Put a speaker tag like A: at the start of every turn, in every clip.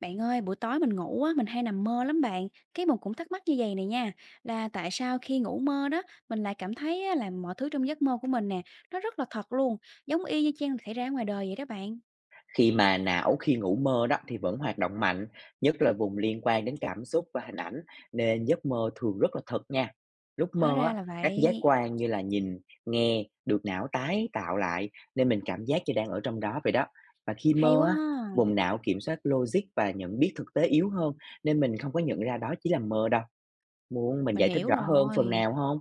A: Bạn ơi, buổi tối mình ngủ á, mình hay nằm mơ lắm bạn. Cái mình cũng thắc mắc như vậy này nha, là tại sao khi ngủ mơ đó, mình lại cảm thấy á, là mọi thứ trong giấc mơ của mình nè, nó rất là thật luôn, giống y như chang xảy ra ngoài đời vậy đó bạn.
B: Khi mà não khi ngủ mơ đó thì vẫn hoạt động mạnh, nhất là vùng liên quan đến cảm xúc và hình ảnh nên giấc mơ thường rất là thật nha. Lúc
A: Hóa
B: mơ
A: ra
B: á,
A: là
B: các giác
A: vậy.
B: quan như là nhìn, nghe được não tái tạo lại nên mình cảm giác như đang ở trong đó vậy đó. Và khi
A: Hay
B: mơ
A: quá
B: á,
A: ha,
B: vùng não kiểm soát logic và nhận biết thực tế yếu hơn nên mình không có nhận ra đó chỉ là mơ đâu. Muốn mình
A: mình
B: giải thích
A: hiểu
B: rõ hơn phần
A: rồi.
B: nào không?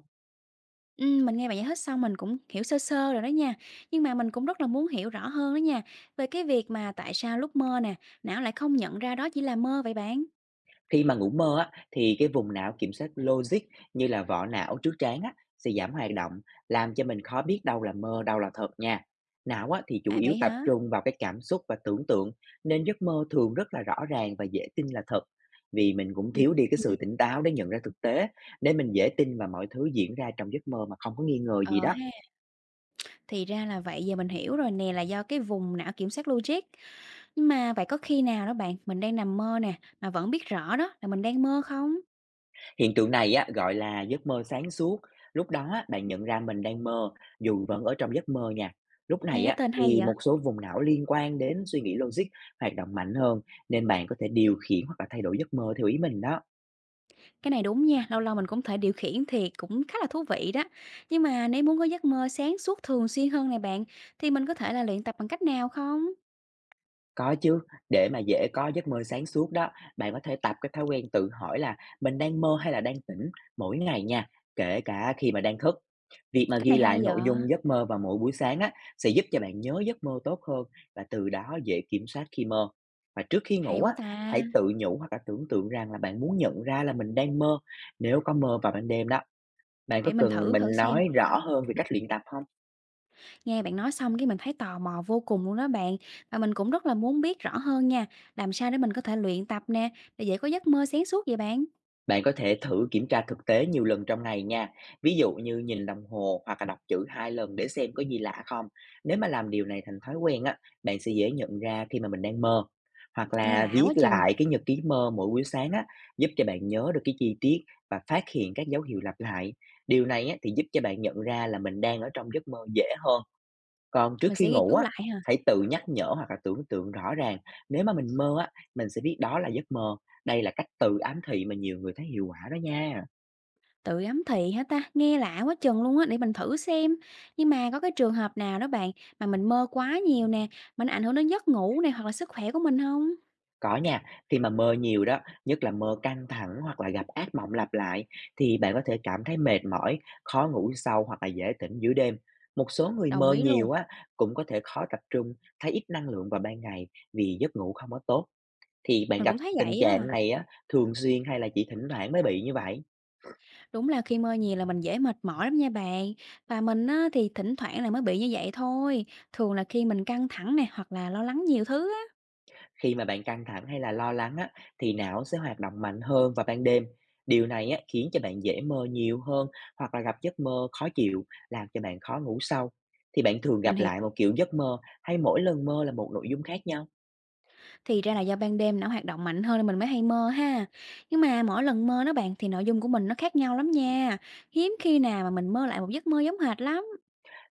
A: Ừ, mình nghe bạn giải thích xong mình cũng hiểu sơ sơ rồi đó nha. Nhưng mà mình cũng rất là muốn hiểu rõ hơn đó nha, về cái việc mà tại sao lúc mơ nè, não lại không nhận ra đó chỉ là mơ vậy bạn.
B: Khi mà ngủ mơ á, thì vùng não kiểm soát logic như là vỏ não trước trán á, sẽ giảm hoạt động, làm cho mình khó biết đâu là mơ, đâu là thật nha. Não á, thì chủ
A: À
B: yếu
A: vậy
B: tập
A: hả?
B: trung vào cái cảm xúc và tưởng tượng, nên giấc mơ thường rất là rõ ràng và dễ tin là thật. Vì mình cũng
A: Ừ.
B: thiếu đi cái
A: Ừ.
B: sự tỉnh táo để nhận ra thực tế, để mình dễ tin vào mọi thứ diễn ra trong giấc mơ mà không có nghi ngờ gì
A: Ờ
B: đó.
A: ha. Thì ra là vậy, giờ mình hiểu rồi nè, là do cái vùng não kiểm soát logic. Nhưng mà vậy có khi nào đó bạn, mình đang nằm mơ nè, mà vẫn biết rõ đó là mình đang mơ không?
B: Hiện tượng này á, gọi là giấc mơ sáng suốt. Lúc đó á, bạn nhận ra mình đang mơ dù vẫn ở trong giấc mơ nha. Lúc
A: Nghe
B: này
A: cái
B: á,
A: tên hay
B: thì
A: vậy?
B: một số vùng não liên quan đến suy nghĩ logic hoạt động mạnh hơn nên bạn có thể điều khiển hoặc là thay đổi giấc mơ theo ý mình đó.
A: Cái này đúng nha, lâu lâu mình cũng thể điều khiển thì cũng khá là thú vị đó. Nhưng mà nếu muốn có giấc mơ sáng suốt thường xuyên hơn này bạn, thì mình có thể là luyện tập bằng cách nào không?
B: Có chứ, để mà dễ có giấc mơ sáng suốt đó, bạn có thể tập cái thói quen tự hỏi là mình đang mơ hay là đang tỉnh mỗi ngày nha, kể cả khi mà đang thức. Việc mà
A: Cách này
B: ghi
A: hay
B: lại
A: vậy?
B: nội dung giấc mơ vào mỗi buổi sáng á, sẽ giúp cho bạn nhớ giấc mơ tốt hơn và từ đó dễ kiểm soát khi mơ. Và trước khi
A: Hay
B: ngủ
A: quá
B: á,
A: ta,
B: hãy tự nhủ hoặc là tưởng tượng rằng là bạn muốn nhận ra là mình đang mơ. Nếu có mơ vào ban đêm đó, bạn có
A: để mình
B: cần
A: thử thử
B: mình
A: xem.
B: nói rõ hơn về cách luyện tập không?
A: Nghe bạn nói xong cái mình thấy tò mò vô cùng luôn đó bạn. Và mình cũng rất là muốn biết rõ hơn nha, làm sao để mình có thể luyện tập nè, để dễ có giấc mơ sáng suốt vậy bạn?
B: Bạn có thể thử kiểm tra thực tế nhiều lần trong ngày nha. Ví dụ như nhìn đồng hồ hoặc là đọc chữ hai lần để xem có gì lạ không. Nếu mà làm điều này thành thói quen á, bạn sẽ dễ nhận ra khi mà mình đang mơ. Hoặc
A: Nghe
B: là
A: lạ
B: viết
A: quá chừng,
B: lại cái nhật ký mơ mỗi buổi sáng á, giúp cho bạn nhớ được cái chi tiết và phát hiện các dấu hiệu lặp lại. Điều này á, thì giúp cho bạn nhận ra là mình đang ở trong giấc mơ dễ hơn, còn trước
A: mình
B: khi
A: sẽ ghi
B: ngủ
A: chú
B: á,
A: lại hả?
B: hãy tự nhắc nhở hoặc là tưởng tượng rõ ràng, nếu mà mình mơ á, mình sẽ biết đó là giấc mơ. Đây là cách tự ám thị mà nhiều người thấy hiệu quả đó nha.
A: Tự ấm thị hả ta? Nghe lạ quá chừng luôn á, để mình thử xem. Nhưng mà có cái trường hợp nào đó bạn mà mình mơ quá nhiều nè, mà nó ảnh hưởng đến giấc ngủ này hoặc là sức khỏe của mình không?
B: Có nha, khi mà mơ nhiều đó, nhất là mơ căng thẳng hoặc là gặp ác mộng lặp lại thì bạn có thể cảm thấy mệt mỏi, khó ngủ sâu hoặc là dễ tỉnh giữa đêm. Một số người
A: Đồng
B: mơ
A: ý luôn,
B: nhiều á cũng có thể khó tập trung, thấy ít năng lượng vào ban ngày vì giấc ngủ không có tốt. Thì bạn
A: mình cũng
B: gặp
A: thấy
B: tình
A: vậy
B: trạng
A: á.
B: này á thường xuyên hay là chỉ thỉnh thoảng mới bị như vậy?
A: Đúng là khi mơ nhiều là mình dễ mệt mỏi lắm nha bạn. Và mình á, thì thỉnh thoảng là mới bị như vậy thôi. Thường là khi mình căng thẳng nè hoặc là lo lắng nhiều thứ á.
B: Khi mà bạn căng thẳng hay là lo lắng á, thì não sẽ hoạt động mạnh hơn vào ban đêm. Điều này á, khiến cho bạn dễ mơ nhiều hơn hoặc là gặp giấc mơ khó chịu, làm cho bạn khó ngủ sâu. Thì bạn thường
A: Mình
B: gặp
A: hiểu,
B: lại một kiểu giấc mơ hay mỗi lần mơ là một nội dung khác nhau.
A: thì ra là do ban đêm não hoạt động mạnh hơn nên mình mới hay mơ ha. Nhưng mà mỗi lần mơ đó bạn thì nội dung của mình nó khác nhau lắm nha. Hiếm khi nào mà mình mơ lại một giấc mơ giống hệt lắm.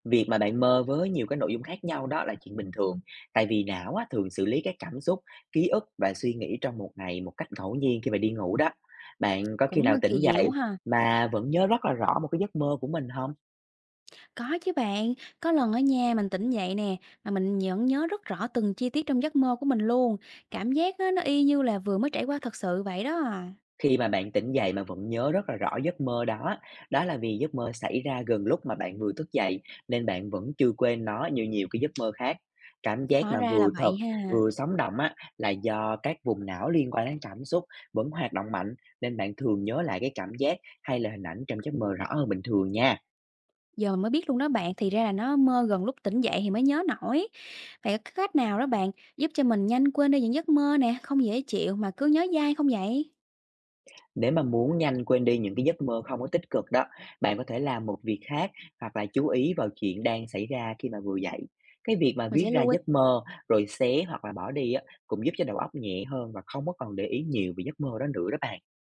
B: Việc mà bạn mơ với nhiều cái nội dung khác nhau đó là chuyện bình thường. Tại vì não á, thường xử lý các cảm xúc, ký ức và suy nghĩ trong một ngày một cách ngẫu nhiên khi mà đi ngủ đó. Bạn có khi
A: Cũng
B: nào tỉnh
A: kỳ diệu
B: dậy
A: quá ha.
B: mà vẫn nhớ rất là rõ một cái giấc mơ của mình không?
A: Có chứ bạn, có lần ở nhà mình tỉnh dậy nè mà mình vẫn nhớ rất rõ từng chi tiết trong giấc mơ của mình luôn. Cảm giác á, nó y như là vừa mới trải qua thật sự vậy đó à.
B: Khi mà bạn tỉnh dậy mà vẫn nhớ rất là rõ giấc mơ đó, đó là vì giấc mơ xảy ra gần lúc mà bạn vừa thức dậy nên bạn vẫn chưa quên nó như nhiều cái giấc mơ khác. Cảm giác
A: Hóa
B: mà
A: ra là
B: vừa thật,
A: vậy ha.
B: vừa sống động á là do các vùng não liên quan đến cảm xúc vẫn hoạt động mạnh nên bạn thường nhớ lại cái cảm giác hay là hình ảnh trong giấc mơ rõ hơn bình thường nha.
A: Giờ mình mới biết luôn đó bạn, thì ra là nó mơ gần lúc tỉnh dậy thì mới nhớ nổi. Vậy có cách nào đó bạn giúp cho mình nhanh quên đi những giấc mơ nè, không dễ chịu mà cứ nhớ dai không vậy?
B: Nếu mà muốn nhanh quên đi những cái giấc mơ không có tích cực đó, bạn có thể làm một việc khác hoặc là chú ý vào chuyện đang xảy ra khi mà vừa dậy. Cái việc mà
A: Mình
B: viết
A: sẽ
B: ra
A: lưu ý.
B: giấc mơ rồi xé hoặc là bỏ đi á, cũng giúp cho đầu óc nhẹ hơn và không có còn để ý nhiều về giấc mơ đó nữa đó bạn.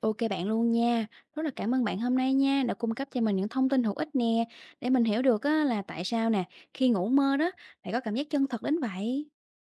A: Ok bạn luôn nha. Rất là cảm ơn bạn hôm nay nha, đã cung cấp cho mình những thông tin hữu ích nè, để mình hiểu được á, là tại sao nè, khi ngủ mơ đó lại có cảm giác chân thật đến vậy.